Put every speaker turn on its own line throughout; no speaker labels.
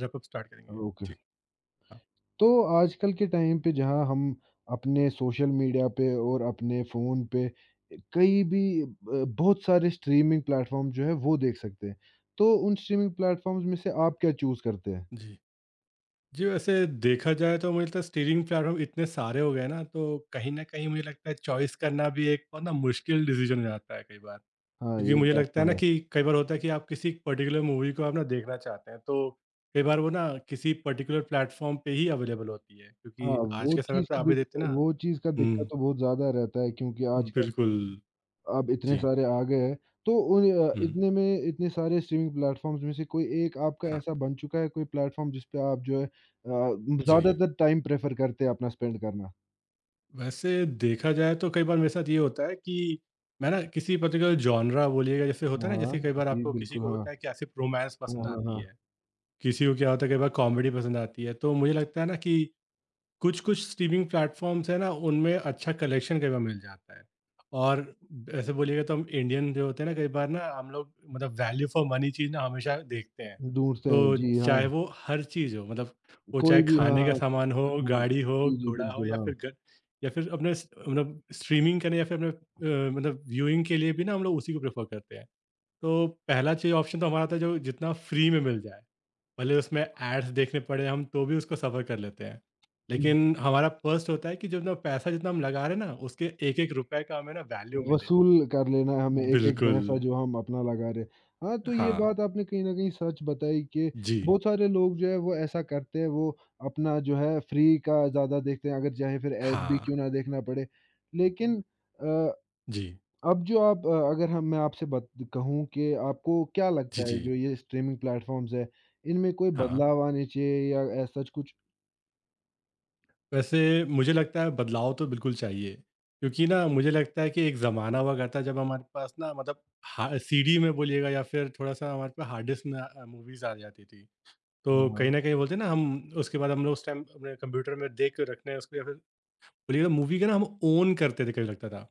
Wrap up start करेंगे।
Okay.
ठीक। हाँ।
तो आजकल के टाइम पे जहाँ हम अपने सोशल मीडिया पे और अपने फ़ोन पे कहीं भी ब बहुत सारे स्ट्रीमिंग प्लेटफ़ॉर्म जो है वो देख सकते हैं। तो उन स्ट्रीमिंग प्लेटफ़ॉर्म्स में से आप क्या चूज़ करते हैं?
जी, जी। वैसे देखा जाए तो मुझे लगता है स्टीरिंग प्लेटफॉर्म इतने सारे हो गए ना, तो कहीं ना कहीं मुझे लगता है चॉइस करना भी एक बहुत ना मुश्किल डिसीजन हो जाता है कई बार।
हाँ,
क्योंकि
ये
मुझे
बात
लगता है ना
तो है।
कि कई बार होता है कि आप किसी पर्टिकुलर मूवी को आप ना देखना चाहते हैं तो कई बार वो ना किसी पर्टिकुलर प्लेटफॉर्म पे ही अवेलेबल होती है,
हाँ,
क्योंकि आज
वो
के समय
चीज़
पे
की
आप भी
दिक
देखते हैं ना।
वो चीज़ का दिक्कत
हम्म।
तो बहुत ज़्यादा रहता है, क्योंकि आजकल
बिल्कुल।
अब इतने
जी।
सारे आ गए हैं। तो उन अ,
हम्म।
इतने में इतने सारे स्ट्रीमिंग प्लेटफ़ॉर्म्स में से कोई एक आपका
हाँ।
ऐसा बन चुका है, कोई प्लेटफ़ॉर्म जिस पे आप जो है
जी।
ज़्यादातर टाइम प्रेफ़र करते हैं अपना स्पेंड करना?
वैसे देखा जाए तो कई बार मेरे साथ ये होता है कि मैं ना किसी पर्टिकुलर जॉनरा बोलिएगा जैसे होता है ना,
हाँ,
जैसे कई बार
जी
आपको किसी
बिल्कुल,
को होता
हाँ।
है कि ऐसे रोमांस
हाँ,
पसंद
हाँ,
आती
हाँ।
है, किसी को क्या होता है कई बार कॉमेडी पसंद आती है। तो मुझे लगता है ना कि कुछ स्ट्रीमिंग प्लेटफ़ॉर्म्स हैं ना, उनमें अच्छा कलेक्शन कई बार मिल जाता है। और ऐसे बोलिएगा तो हम इंडियन जो होते हैं ना, कई बार ना हम लोग मतलब वैल्यू फॉर मनी चीज़ ना हमेशा देखते हैं।
ढूँढते हैं,
तो
जी
चाहे
हाँ।
वो हर चीज़ हो, मतलब वो चाहे
कोई भी हाँ,
खाने का सामान
हाँ।
हो, गाड़ी हो,
जी, जी
घोड़ा हो
बिल्कुल,
या फिर
हाँ।
घर या फिर अपने स मतलब स्ट्रीमिंग करने या फिर अपने मतलब व्यूइंग के लिए भी ना हम लोग उसी को प्रेफ़र करते हैं। तो पहला चीज़ ऑप्शन तो हमारा था जो जितना फ्री में मिल जाए। भले उसमें एड्स देखने पड़े हम तो भी उसको सफ़र कर लेते हैं। लेकिन हमारा फर्स्ट होता है कि जो ना पैसा जितना हम लगा रहे हैं ना, उसके एक-एक रुपए का हमें ना वैल्यू मिले।
वसूल कर लेना है हमें एक-एक
बिल्कुल।
पैसा जो हम अपना लगा रहे हैं। हाँ, तो ये
हाँ।
बात आपने कहीं न कहीं सच बताई कि
जी।
बहुत सारे लोग जो है वो ऐसा करते हैं। वो अपना जो है फ्री का ज़्यादा देखते हैं, अगर चाहे फिर ऐड भी
हाँ।
क्यों ना देखना पड़े। लेकिन अ,
जी।
अब जो आप अ, अगर हम मैं आपसे बत कहूँ कि आपको क्या
जी,
लगता है,
जी।
जो ये स्ट्रीमिंग प्लेटफ़ॉर्म्स हैं, इनमें कोई
हाँ।
बदलाव आने चाहिए या ऐसा सच कुछ?
वैसे मुझे लगता है बदलाव तो बिल्कुल चाहिए, क्योंकि ना मुझे लगता है कि एक ज़माना हुआ करता है जब हमारे पास ना मतलब हा सीडी में बोलिएगा या फिर थोड़ा-सा हमारे पास हार्ड डिस्क में मूवीज़ आ जाती थी।
हाँ,
तो कहीं
हाँ।
न कहीं बोलते हैं ना हम उसके बाद हम लोग उस टाइम अपने कंप्यूटर में देख के रखने हैं उसको या फिर बोलिएगा मूवी का ना हम ओन करते थे कभी लगता था।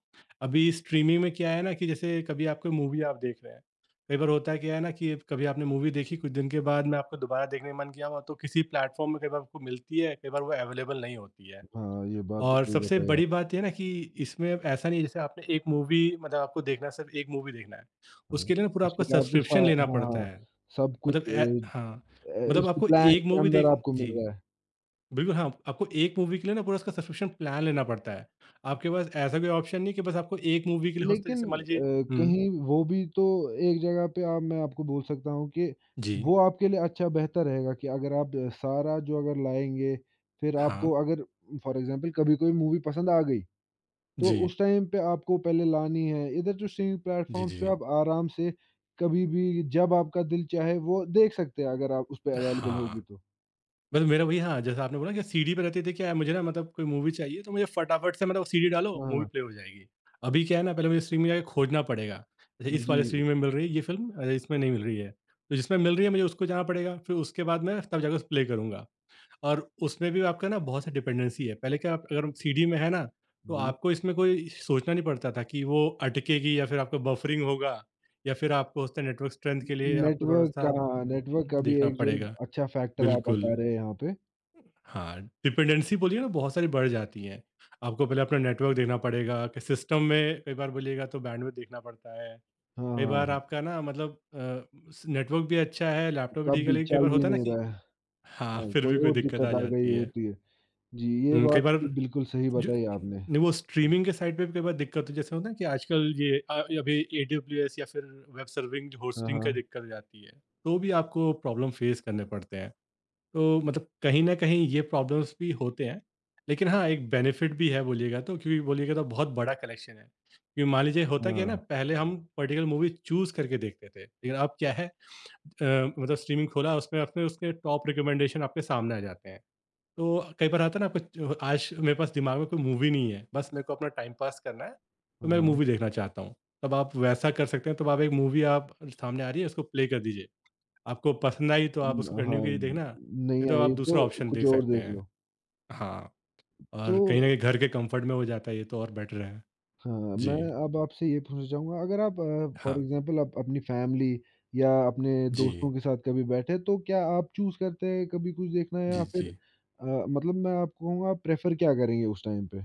अभी स्ट्रीमिंग में क्या है ना कि जैसे कभी आपको मूवी आप देख रहे हैं, कई बार होता है क्या है ना कि कभी आपने मूवी देखी कुछ दिन के बाद में आपको दोबारा देखने का मन किया हुआ तो किसी प्लेटफ़ॉर्म में कई बार आपको मिलती है, कई बार वो अवेलेबल नहीं होती है।
हाँ, ये बात तो
और
सही
सबसे
बताई
बड़ी
आप।
बात ये है ना कि इसमें ऐसा नहीं है जैसे आपने एक मूवी मतलब आपको देखना है, सिर्फ़ एक मूवी देखना है।
हाँ,
उसके लिए ना पूरा आपको
इसके लिए आपको सा
सब्सक्रिप्शन लेना
हाँ,
पड़ता
हाँ,
है।
सब
मतलब
कुछ अ
ए हाँ, मतलब
उसी
आपको
प्लान
एक
के
मूवी देख।
अंदर आपको मिल
जी।
रहा है।
बिल्कुल, हाँ, आपको एक मूवी के लिए ना पूरा उसका सब्सक्रिप्शन प्लान लेना पड़ता है। आपके पास ऐसा कोई ऑप्शन नहीं कि बस आपको एक मूवी के लिए होता है
लेकिन
जैसे मान लीजिए।
अ,
हुँ।
कहीं वो भी तो एक जगह पे आप मैं आपको बोल सकता हूँ कि
जी।
वो आपके लिए अच्छा बेहतर रहेगा कि अगर आप सारा जो अगर लाएँगे, फिर
हाँ।
आपको अगर फॉर एग्ज़ाम्पल कभी कोई मूवी पसंद आ गई, तो
जी,
उस टाइम पे आपको पहले लानी है। इधर जो स्ट्रीमिंग
जी,
प्लेटफ़ॉर्म्स
जी,
पे
जी।
आप आराम से कभी भी जब आपका दिल चाहे वो देख सकते हैं, अगर आप उस पे अवेलेबल
हाँ,
होगी तो।
बस मेरा वही। हाँ, जैसा आपने बोला कि सीडी पे रहती थी क्या है, मुझे ना मतलब कोई मूवी चाहिए तो मुझे फटाफट से मतलब सीडी डालो,
हाँ,
मूवी
हाँ।
प्ले हो जाएगी। अभी क्या है ना पहले मुझे स्ट्रीम में जाके खोजना पड़ेगा। जैसे इस
जी,
वाले स्ट्रीम में मिल रही है ये फ़िल्म इसमें नहीं मिल रही है। तो जिसमें मिल रही है मुझे उसको जाना पड़ेगा, फिर उसके बाद मैं तब जाकर उसे प्ले करूँगा। और उसमें भी आपका ना बहुत सा डिपेंडेंसी है। पहले क्या आप अगर सीडी में है ना, तो
जी।
आपको इसमें कोई सोचना नहीं पड़ता था कि वो अटकेगी या फिर आपको बफरिंग होगा या फिर आपको उसका नेटवर्क स्ट्रेंथ के लिए आपको
नेटवर्क
थोड़ा-सा
का हाँ, नेटवर्क का भी
देखना
एक जो
पड़ेगा।
अच्छा फैक्टर आप
बिल्कुल।
बता रहे हैं यहाँ पे।
हाँ, डिपेंडेंसी बोलिए ना बहुत सारी बढ़ जाती हैं। आपको पहले अपना नेटवर्क देखना पड़ेगा कि सिस्टम में कई बार बोलिएगा तो बैंडविड्थ देखना पड़ता है। कई बार
हाँ,
आपका ना मतलब अ, स नेटवर्क भी अच्छा है, लैपटॉप भी
तब
ठीक है,
भी
लेकिन कई
चल
बार
भी
होता है ना
नहीं
कि
रहा है।
हाँ,
हाँ,
फिर
कोई
भी कोई
और
दिक्कत आ
दिक्कत आ गई
जाती है।
होती है। जी, ये
हुँ, कई
बात
बार
बिल्कुल सही
जो
बताई आपने।
नहीं वो स्ट्रीमिंग के साइड पे भी कई बार दिक्कत हो जैसे होता है ना कि आजकल ये अभी एडब्ल्यूएस या फिर वेब सर्विंग जो
हाँ,
होस्टिंग का
हाँ।
दिक्कत हो जाती है तो भी आपको प्रॉब्लम फेस करने पड़ते हैं। तो मतलब कहीं ना कहीं ये प्रॉब्लम्स भी होते हैं, लेकिन हाँ एक बेनिफिट भी है बोलिएगा तो, क्योंकि बोलिएगा तो बहुत बड़ा कलेक्शन है। क्योंकि मान लीजिए होता क्या है ना,
हाँ,
पहले हम पर्टिकुलर मूवी चूज करके देखते थे, लेकिन अब क्या है मतलब स्ट्रीमिंग खोला उसमें अपने उसके टॉप रिकमेंडेशन आपके सामने आ जाते हैं। तो कई बार आता है ना आपको आज मेरे पास दिमाग में कोई मूवी नहीं है, बस मेरे को अपना टाइम पास करना है, तो
हाँ,
मैं
हाँ।
मूवी देखना चाहता हूँ। तब आप वैसा कर सकते हैं, तब आप एक मूवी आप सामने आ रही है उसको प्ले कर दीजिए। आपको पसंद आई तो आप उसको
हाँ,
कंटिन्यू कीजिए देखना, नहीं
नहीं
तो आप
आई
दूसरा
तो
ऑप्शन
कुछ
देख
और
सकते
देख
हैं।
लो।
हाँ,
तो
और कहीं न कहीं घर के कम्फ़र्ट में हो जाता है ये तो और बेटर है।
हाँ, मैं
जी।
अब आपसे ये पूछना चाहूँगा, अगर आप फॉर
हाँ।
एग्ज़ाम्पल आप अपनी फ़ैमिली या अपने
जी,
दोस्तों के साथ कभी बैठे, तो क्या आप चूज़ करते हैं कभी कुछ देखना है
जी,
या फिर
जी।
मतलब मैं आपको कहूँगा आप प्रेफ़र क्या करेंगे उस टाइम पे?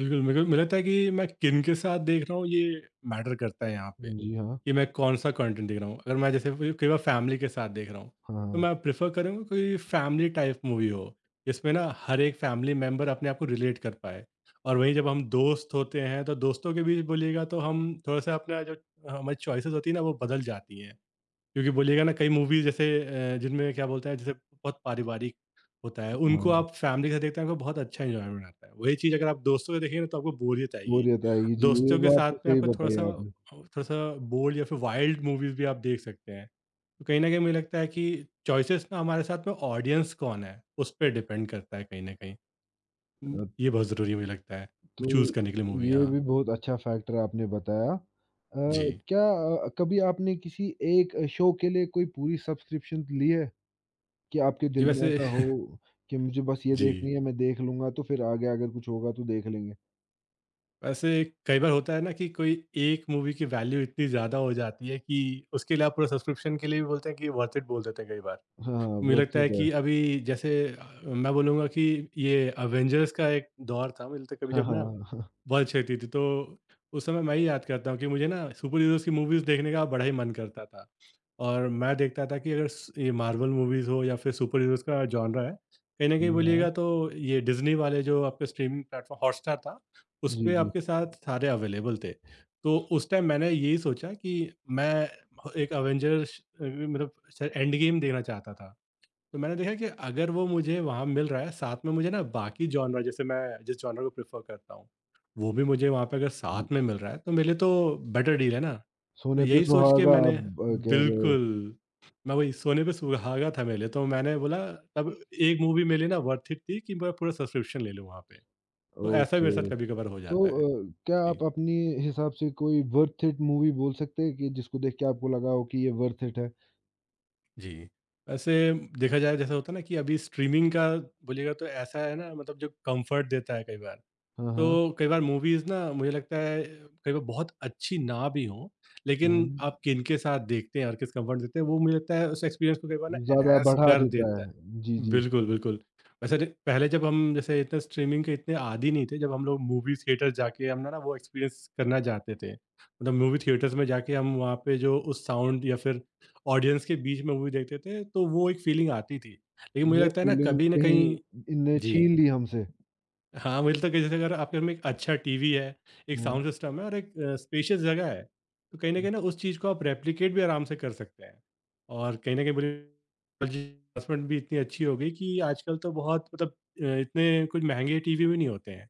बिल्कुल, मेरे को मुझे लगता है कि मैं किन के साथ देख रहा हूँ ये मैटर करता है यहाँ पे।
जी हाँ।
कि मैं कौन-सा कंटेंट देख रहा हूँ। अगर मैं जैसे कोई कई बार फैमिली के साथ देख रहा हूँ, तो
हाँ,
मैं प्रेफ़र करूँगा कोई फैमिली टाइप मूवी हो, जिसमें ना हर एक फैमिली मेंबर अपने आप को रिलेट कर पाए। और वहीं जब हम दोस्त होते हैं, तो दोस्तों के बीच बोलिएगा तो हम थोड़ा-सा अपना जो हमारी चॉइसेस होती हैं ना, वो बदल जाती हैं। क्योंकि बोलिएगा ना कई मूवीज़ जैसे जिनमें क्या बोलता है जैसे बहुत पारिवारिक होता है, उनको
हाँ,
आप फ़ैमिली के साथ देखते हैं आपको बहुत अच्छा एन्जॉयमेंट आता है। वही चीज़ अगर आप दोस्तों से देखेंगे ना तो आपको बोरियत आएगी।
बोरियत आएगी जी, ये
दोस्तों के
बात
साथ
तो
में
सही
आपको
बताई
थोड़ा-सा
आपने।
थोड़ा-सा बोल्ड या फिर वाइल्ड मूवीज़ भी आप देख सकते हैं। तो कहीं न कहीं मुझे लगता है कि चॉइसेस ना हमारे साथ में ऑडियंस कौन है, उस पे डिपेंड करता है कहीं न कहीं।
अ,
ये बहुत ज़रूरी मुझे लगता है,
तो
चूज़ करने के लिए मूवी।
ये
हाँ।
भी बहुत अच्छा फैक्टर आपने बताया।
जी।
क्या कभी आपने किसी एक शो के लिए कोई पूरी सब्सक्रिप्शन ली है? कि आपके
जी,
दिल में
वैसे
ऐसा हो, कि मुझे बस ये
जी।
देखनी है, मैं देख लूँगा, तो फिर आगे अगर कुछ होगा तो देख लेंगे।
वैसे कई बार होता है ना कि कोई एक मूवी की वैल्यू इतनी ज़्यादा हो जाती है कि उसके लिए आप पूरा सब्सक्रिप्शन के लिए भी बोलते हैं कि वर्थ इट बोल देते हैं कई बार।
हाँ, हाँ,
मुझे
वो
लगता
तो
है
है।
कि अभी जैसे मैं बोलूँगा कि ये अवेंजर्स का एक दौर था मुझे लगता है कभी
हाँ,
जब ना
हाँ, हाँ।
बहुत अच्छी लगती थी। तो उस समय मैं ही याद करता हूँ कि मुझे ना सुपर हीरोज़ की मूवीज़ देखने का बड़ा ही मन करता था। और मैं देखता था कि अगर स ये मार्वल मूवीज़ हो या फिर सुपर हीरोज़ का जॉनरा है, कहीं न कहीं
जी हाँ।
बोलिएगा तो ये डिज़्नी वाले जो आपके स्ट्रीमिंग प्लेटफ़ॉर्म हॉटस्टार था,
जी,
उसपे
जी।
आपके साथ सारे अवेलेबल थे। तो उस टाइम मैंने यही सोचा कि मैं ह एक अवेंजर्स अ, मतलब स एंड गेम देखना चाहता था। तो मैंने देखा कि अगर वो मुझे वहाँ मिल रहा है, साथ में मुझे ना बाकी जॉनरा जैसे मैं जिस जॉनरा को प्रेफ़र करता हूँ, वो भी मुझे वहाँ पे अगर
हुँ,
साथ में मिल रहा है, तो मेरे लिए तो बेटर डील है ना। तो
सोने पे
यही सोच के
सुहागा
मैंने
आप ब कह रहे हो।
बिल्कुल, मैं वही सोने पे सुहागा था मेरे लिए, तो मैंने बोला तब एक मूवी मेरे लिए ना वर्थ इट थी कि मैं पूरा सब्सक्रिप्शन ले लूँ वहाँ पे। तो ऐसा भी मेरे साथ
ओके।
कभी-कभार हो
तो
जाता है।
क्या
जी।
आप अपने हिसाब से कोई वर्थ इट मूवी बोल सकते हैं कि जिसको देख के आपको लगा हो कि ये वर्थ इट है?
जी। वैसे देखा जाए जैसा होता है ना कि अभी स्ट्रीमिंग का बोलिएगा तो ऐसा है ना मतलब जो कम्फ़र्ट देता है कई बार।
हाँ, हाँ।
तो कई बार मूवीज़ ना मुझे लगता है कई बार बहुत अच्छी ना भी हों, लेकिन
हुँ,
आप किनके साथ देखते हैं और किस कंफर्ट देते हैं वो मुझे लगता है उस एक्सपीरियंस को कई बार ना
ज़्यादा
एनहांस
बढ़ा
कर
देता
देता है।
है। जी, जी।
बिल्कुल, बिल्कुल। वैसे ज पहले जब हम जैसे इतना स्ट्रीमिंग के इतने आदी नहीं थे, जब हम लोग मूवी थिएटर जाके हम ना ना वो एक्सपीरियंस करना चाहते थे। मतलब मूवी थिएटर्स में जाके हम वहाँ पे जो उस साउंड या फिर ऑडियंस के बीच में मूवी देखते थे, तो वो एक फीलिंग आती थी। लेकिन मुझे
वो
लगता है ना
फीलिंग
कभी न
कहीं
कहीं।
इनने
जी।
छीन ली हमसे।
हाँ, मुझे लगता है कि जैसे अगर आपके घर में एक अच्छा टीवी है, एक
हाँ।
साउंड सिस्टम है और एक स्पेशियस जगह है, तो कहीं न कहीं ना उस चीज़ को आप रेप्लिकेट भी आराम से कर सकते हैं। और कहीं न कहीं बोलिए एडवांसमेंट भी इतनी अच्छी हो गई कि आजकल तो बहुत मतलब इतने कुछ महँगे टीवी भी नहीं होते हैं।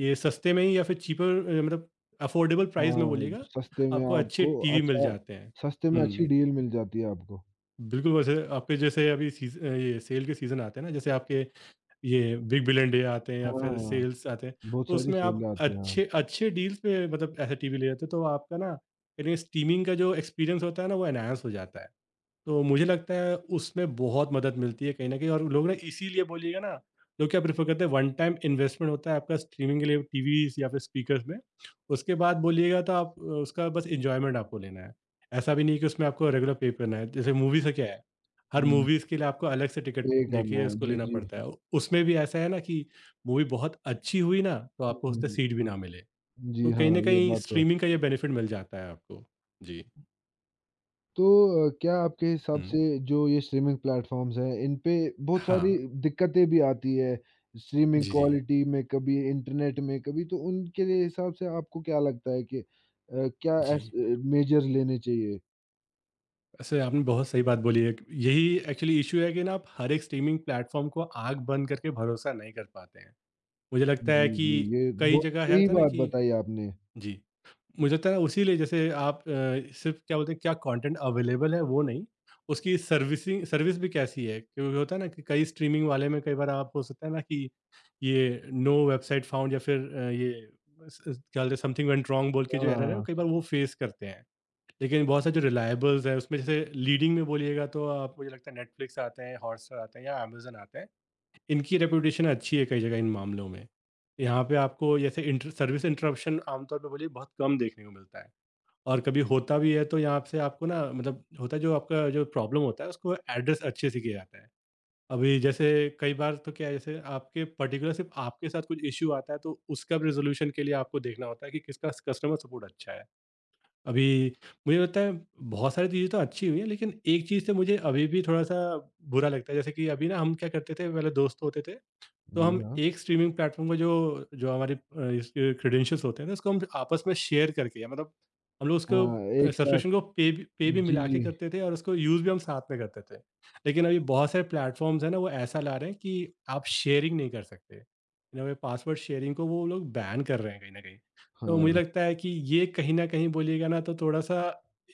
ये सस्ते में ही या फिर चीपर मतलब अफोर्डेबल प्राइस में
हाँ,
बोलिएगा,
सस्ते में
आपको अच्छे
आपको
टीवी मिल
अच्छा
जाते हैं।
सस्ते में अच्छी
हुँ,
डील मिल जाती है आपको।
बिल्कुल। वैसे आपके जैसे अभी ये सेल के सीज़न आते हैं ना, जैसे आपके ये बिग बिलियन डे आते हैं या
हाँ,
फिर
हाँ,
सेल्स आते हैं।
बहुत
तो
सारी
उसमें
सेल
आप
आते हैं।
अच्छे अच्छे डील्स पे मतलब ऐसे टीवी ले जाते हो, तो आपका ना कहीं स्ट्रीमिंग का जो एक्सपीरियंस होता है ना, वो एनहांस हो जाता है। तो मुझे लगता है उसमें बहुत मदद मिलती है कहीं न कहीं, और लोग ना इसीलिए बोलिएगा ना, लोग क्या प्रेफ़र करते हैं, वन टाइम इन्वेस्टमेंट होता है आपका स्ट्रीमिंग के लिए टीवीज़ या फिर स्पीकर्स में। उसके बाद बोलिएगा तो आप उसका बस एन्जॉयमेंट आपको लेना है। ऐसा भी नहीं है कि उसमें आपको रेगुलर पे करना है। जैसे मूवीज़ का क्या है, हर
हुँ,
मूवीज़ के लिए आपको अलग से टिकट
पे करना
देखिए
है।
उसको
जी,
लेना
जी।
पड़ता है। उसमें भी ऐसा है ना कि मूवी बहुत अच्छी हुई ना तो
हुँ,
आपको
हुँ,
उससे
हुँ।
सीट भी ना मिले।
जी
तो
हाँ,
कहीं न
ये
कहीं
बात तो है।
स्ट्रीमिंग का ये बेनिफिट मिल जाता है आपको। जी।
तो क्या आपके हिसाब
हुँ।
से जो ये स्ट्रीमिंग प्लेटफ़ॉर्म्स हैं, इन पे बहुत
हाँ।
सारी दिक्कतें भी आती है, स्ट्रीमिंग
जी, जी।
क्वालिटी में कभी इंटरनेट में कभी, तो उनके लिए हिसाब से आपको क्या लगता है कि
जी।
मेजर लेने चाहिए?
वैसे आपने बहुत सही बात बोली है। यही एक्चुअली इशू है कि ना आप हर एक स्ट्रीमिंग प्लेटफॉर्म को आँख बंद करके भरोसा नहीं कर पाते हैं। मुझे लगता
जी,
है कि
जी, ये
कई
बहुत
जगह है
सही
होता है ना
बात
कि,
बताई आपने।
जी, मुझे लगता है ना उसीलिए जैसे आप सिर्फ़ क्या बोलते हैं क्या कंटेंट अवेलेबल है वो नहीं, उसकी सर्विसिंग सर्विस भी कैसी है? क्योंकि होता है ना कि कई स्ट्रीमिंग वाले में कई बार आप हो सकता है ना कि ये नो वेबसाइट फाउंड या फिर ये स क्या बोलते हैं समथिंग वेंट रॉन्ग बोल के जो एरर है, वो
हाँ।
कई बार वो फेस करते हैं। लेकिन बहुत सारे जो रिलायबल्स हैं उसमें जैसे लीडिंग में बोलिएगा तो आप मुझे लगता है नेटफ्लिक्स आते हैं, हॉटस्टार आते हैं या अमेजन आते हैं, इनकी रेपुटेशन अच्छी है कई जगह इन मामलों में। यहाँ पे आपको जैसे सर्विस इंटरप्शन आमतौर पे बोलिए बहुत कम देखने को मिलता है, और कभी होता भी है तो यहाँ से आपको ना मतलब होता है जो आपका जो प्रॉब्लम होता है उसको एड्रेस अच्छे से किया जाता है। अभी जैसे कई बार तो क्या है जैसे आपके पर्टिकुलर सिर्फ आपके साथ कुछ इश्यू आता है, तो उसका भी रेजोल्यूशन के लिए आपको देखना होता है कि किसका कस्टमर सपोर्ट अच्छा है। अभी मुझे लगता है बहुत सारी चीज़ें तो अच्छी हुई हैं, लेकिन एक चीज़ से मुझे अभी भी थोड़ा-सा बुरा लगता है। जैसे कि अभी ना हम क्या करते थे, पहले दोस्त होते थे, तो
जी
हम
हाँ।
एक स्ट्रीमिंग प्लेटफ़ॉर्म का जो जो हमारे इसके क्रेडेंशियल्स होते हैं ना, उसको हम आपस में शेयर करके या मतलब हम लोग उसको
हाँ, एक साथ
सब्सक्रिप्शन को पे भी
जी,
मिला के
जी।
करते थे और उसको यूज़ भी हम साथ में करते थे। लेकिन अभी बहुत सारे प्लेटफ़ॉर्म्स हैं ना, वो ऐसा ला रहे हैं कि आप शेयरिंग नहीं कर सकते। ये पासवर्ड शेयरिंग को वो लोग बैन कर रहे हैं कहीं न कहीं। तो मुझे
हाँ,
लगता है कि ये कहीं न कहीं बोलिएगा ना, तो थोड़ा-सा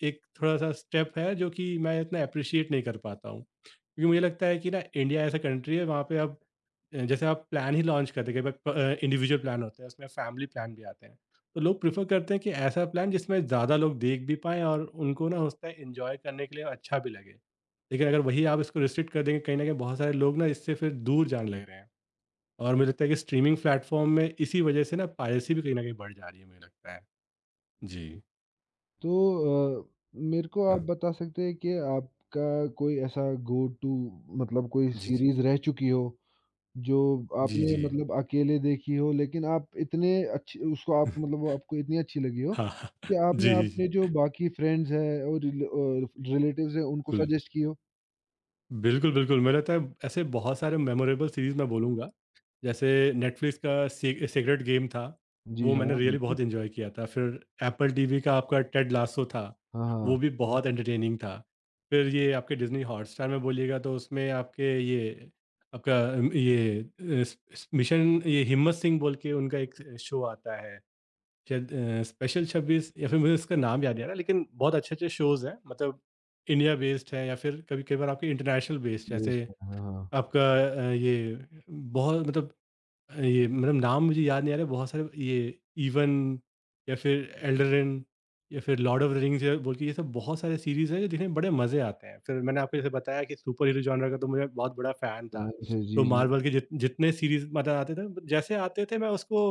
एक थोड़ा-सा स्टेप है, जो कि मैं इतना एप्रिशिएट नहीं कर पाता हूँ। क्योंकि मुझे लगता है कि ना इंडिया ऐसा कंट्री है, वहाँ पे आप जैसे आप प्लान ही लॉन्च करते हैं, कई इंडिविजुअल प्लान होते हैं, उसमें फैमिली प्लान भी आते हैं। तो लोग प्रेफर करते हैं कि ऐसा प्लान जिसमें ज़्यादा लोग देख भी पाएँ और उनको ना होता है इन्जॉय करने के लिए अच्छा भी लगे। लेकिन अगर वही आप इसको रिस्ट्रिक्ट कर देंगे कहीं ना कहीं, बहुत सारे लोग ना इससे फिर दूर जाने लग रहे हैं। और मुझे लगता है कि स्ट्रीमिंग प्लेटफॉर्म में इसी वजह से ना पायरेसी भी कहीं ना कहीं बढ़ जा रही है, मुझे लगता है। जी,
तो मेरे को आप
हाँ,
बता सकते हैं कि आपका कोई ऐसा गो टू मतलब कोई
जी, जी,
सीरीज़ रह चुकी हो, जो
जी,
आपने
जी।
मतलब अकेले देखी हो लेकिन आप इतने अच्छी उसको आप मतलब वो आपको इतनी अच्छी लगी हो,
हाँ, हाँ,
कि आपने
जी, जी,
अपने
जी,
जो बाकी फ्रेंड्स हैं और रिलेटिव्स हैं उनको
बिल्कुल,
सजेस्ट की हो?
बिल्कुल, बिल्कुल, मुझे लगता है ऐसे बहुत सारे मेमोरेबल सीरीज़ मैं बोलूँगा, जैसे नेटफ्लिक्स का से सेक्रेड गेम था,
जी
वो मैंने
हाँ,
रियली
बिल्कुल।
बहुत एन्जॉय किया था। फिर एप्पल टीवी का आपका टेड लासो था,
हाँ,
वो
हाँ।
भी बहुत एंटरटेनिंग था। फिर ये आपके डिज़नी हॉटस्टार में बोलिएगा तो उसमें आपके ये आपका ये स स मिशन ये हिम्मत सिंह बोल के उनका एक शो आता है। शायद स्पेशल 26 या फिर मुझे उसका नाम याद नहीं आ रहा, लेकिन बहुत अच्छे-अच्छे शोज़ हैं, मतलब इंडिया बेस्ड है या फिर कभी कई बार आपके इंटरनेशनल बेस्ड जैसे
बेस्ट है। हाँ, हाँ।
आपका ये बहुत मतलब ये मतलब नाम मुझे याद नहीं आ रहे, बहुत सारे ये इवन या फिर एल्डरन या फिर लॉर्ड ऑफ द रिंग्स या बोल के ये सब बहुत सारे सीरीज हैं जो दिखने में बड़े मज़े आते हैं। फिर मैंने आपको जैसे बताया कि सुपर हीरो जॉनर का तो मैं बहुत बड़ा फ़ैन था।
फैन थे,
तो
जी, जी।
मार्वल के जितने सीरीज़ मतलब आते थे जैसे आते थे मैं उसको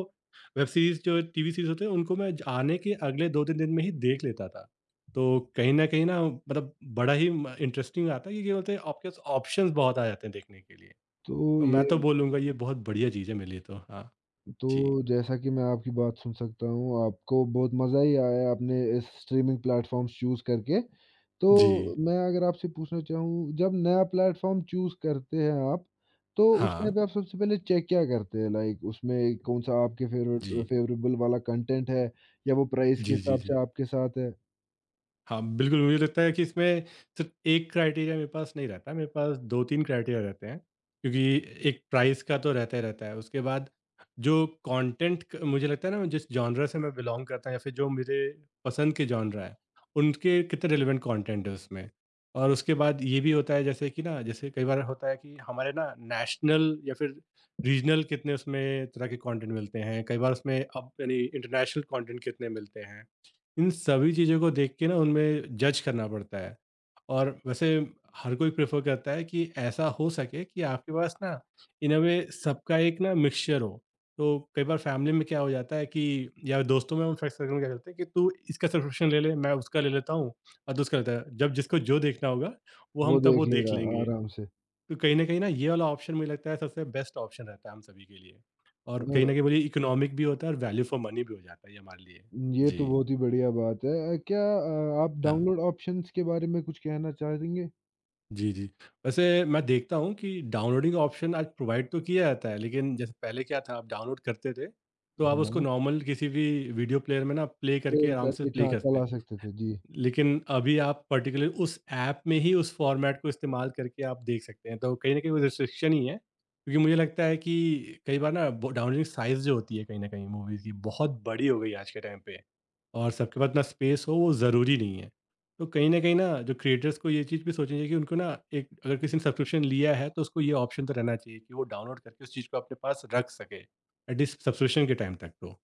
वेब सीरीज़ जो टीवी सीरीज़ होते हैं उनको मैं ज आने के अगले 2-3 दिन में ही देख लेता था। तो कहीं न कहीं ना मतलब बड़ा ही म इंटरेस्टिंग आता है, क्योंकि बोलते हैं आपके पास ऑप्शंस बहुत आ जाते हैं देखने के लिए।
तो
तो
ये
मैं तो बोलूँगा ये बहुत बढ़िया चीज़ है मेरे लिए तो। हाँ, जी।
तो जैसा कि मैं आपकी बात सुन सकता हूँ, आपको बहुत मज़ा ही आया आपने इस स्ट्रीमिंग प्लेटफ़ॉर्म्स चूज़ करके। तो
जी।
मैं अगर आपसे पूछना चाहूँ, जब नया प्लेटफ़ॉर्म चूज़ करते हैं आप, तो उस
हाँ।
टाइम पे आप सबसे पहले चेक क्या करते हैं? लाइक उसमें कौन-सा आपके फेवरेट
जी।
फ़ेवरेबल वाला कंटेंट है या वो प्राइस के
जी, जी,
हिसाब
जी।
से आपके साथ है,
हाँ, बिल्कुल, मुझे लगता है कि इसमें सिर्फ़ एक क्राइटेरिया मेरे पास नहीं रहता है, मेरे पास 2-3 क्राइटेरिया रहते हैं, क्योंकि एक प्राइस का तो रहता ही रहता है, उसके बाद जो कॉन्टेंट क मुझे लगता है ना जिस जॉनरा से मैं बिलॉन्ग करता हूँ या फिर जो मेरे पसंद के जॉनरा है, उनके कितने रिलेवेंट कॉन्टेंट है उसमें। और उसके बाद ये भी होता है जैसे कि ना, जैसे कई बार होता है कि हमारे ना नेशनल या फिर रीजनल कितने उसमें तरह के कॉन्टेंट मिलते हैं, कई बार उसमें अब यानी इंटरनेशनल कॉन्टेंट कितने मिलते हैं। इन सभी चीज़ों को देख के ना उनमें जज करना पड़ता है, और वैसे हर कोई प्रेफर करता है कि ऐसा हो सके कि आपके पास ना इन अ वे सबका एक ना मिक्सचर हो। तो कई बार फैमिली में क्या हो जाता है कि, या दोस्तों में हम फ्रेंड सर्कल में क्या करते हैं कि तू इसका सब्सक्रिप्शन ले ले, मैं उसका ले लेता हूँ और तू उसका लेता है। जब जिसको जो देखना होगा वो हम
वो
तब वो
देख
देख
लेगा
लेंगे।
आराम से।
तो कहीं न कहीं ना ये वाला ऑप्शन मुझे लगता है सबसे बेस्ट ऑप्शन रहता है हम सभी के लिए, और कहीं न
अ,
कहीं बोलिए इकोनॉमिक भी होता है और वैल्यू फॉर मनी भी हो जाता है ये हमारे लिए।
ये तो
जी।
बहुत ही बढ़िया बात है। आप
हाँ।
डाउनलोड ऑप्शंस के बारे में कुछ कहना चाहेंगे?
जी, जी। वैसे मैं देखता हूँ कि डाउनलोडिंग ऑप्शन आज प्रोवाइड तो किया जाता है, लेकिन जैसे पहले क्या था, आप डाउनलोड करते थे, तो आप उसको
हाँ।
नॉर्मल किसी भी वीडियो प्लेयर में ना प्ले करके
सेव
आराम से
करके
प्ले
हाँ,
करते।
चला सकते थे, जी।
लेकिन अभी आप पर्टिकुलर उस ऐप में ही उस फ़ॉर्मेट को इस्तेमाल करके आप देख सकते हैं। तो कहीं न कहीं वो रिस्ट्रिक्शन ही है, क्योंकि मुझे लगता है कि कई बार ना ब डाउनलोडिंग साइज़ जो होती है कहीं न कहीं मूवीज़ की बहुत बड़ी हो गई है आज के टाइम पे, और सबके पास इतना स्पेस हो वो ज़रूरी नहीं है। तो कहीं न कहीं ना जो क्रिएटर्स को ये चीज़ भी सोचनी चाहिए कि उनको ना एक अगर किसी ने सब्सक्रिप्शन लिया है तो उसको ये ऑप्शन तो रहना चाहिए कि वो डाउनलोड करके उस चीज़ को अपने पास रख सके, एट लीस्ट सब्सक्रिप्शन के टाइम तक तो।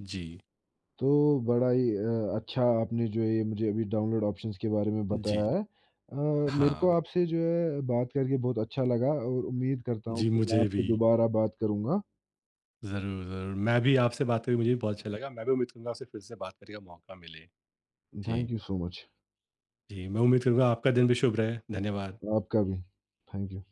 जी।
तो बड़ा ही अच्छा आपने जो है ये मुझे अभी डाउनलोड ऑप्शंस के बारे में
जी।
बताया है। मेरे को
हाँ।
आपसे जो है बात करके बहुत अच्छा लगा और उम्मीद करता हूँ
जी,
कि मैं
मुझे
आपसे
भी।
दोबारा बात करूँगा।
ज़रूर, ज़रूर। मैं भी आपसे बात करके मुझे भी बहुत अच्छा लगा। मैं भी उम्मीद करूँगा आपसे फिर से बात करने का मौका मिले। जी।
Thank you so much.
जी, मैं उम्मीद करूँगा आपका दिन भी शुभ रहे। धन्यवाद।
आपका भी, थैंक यू।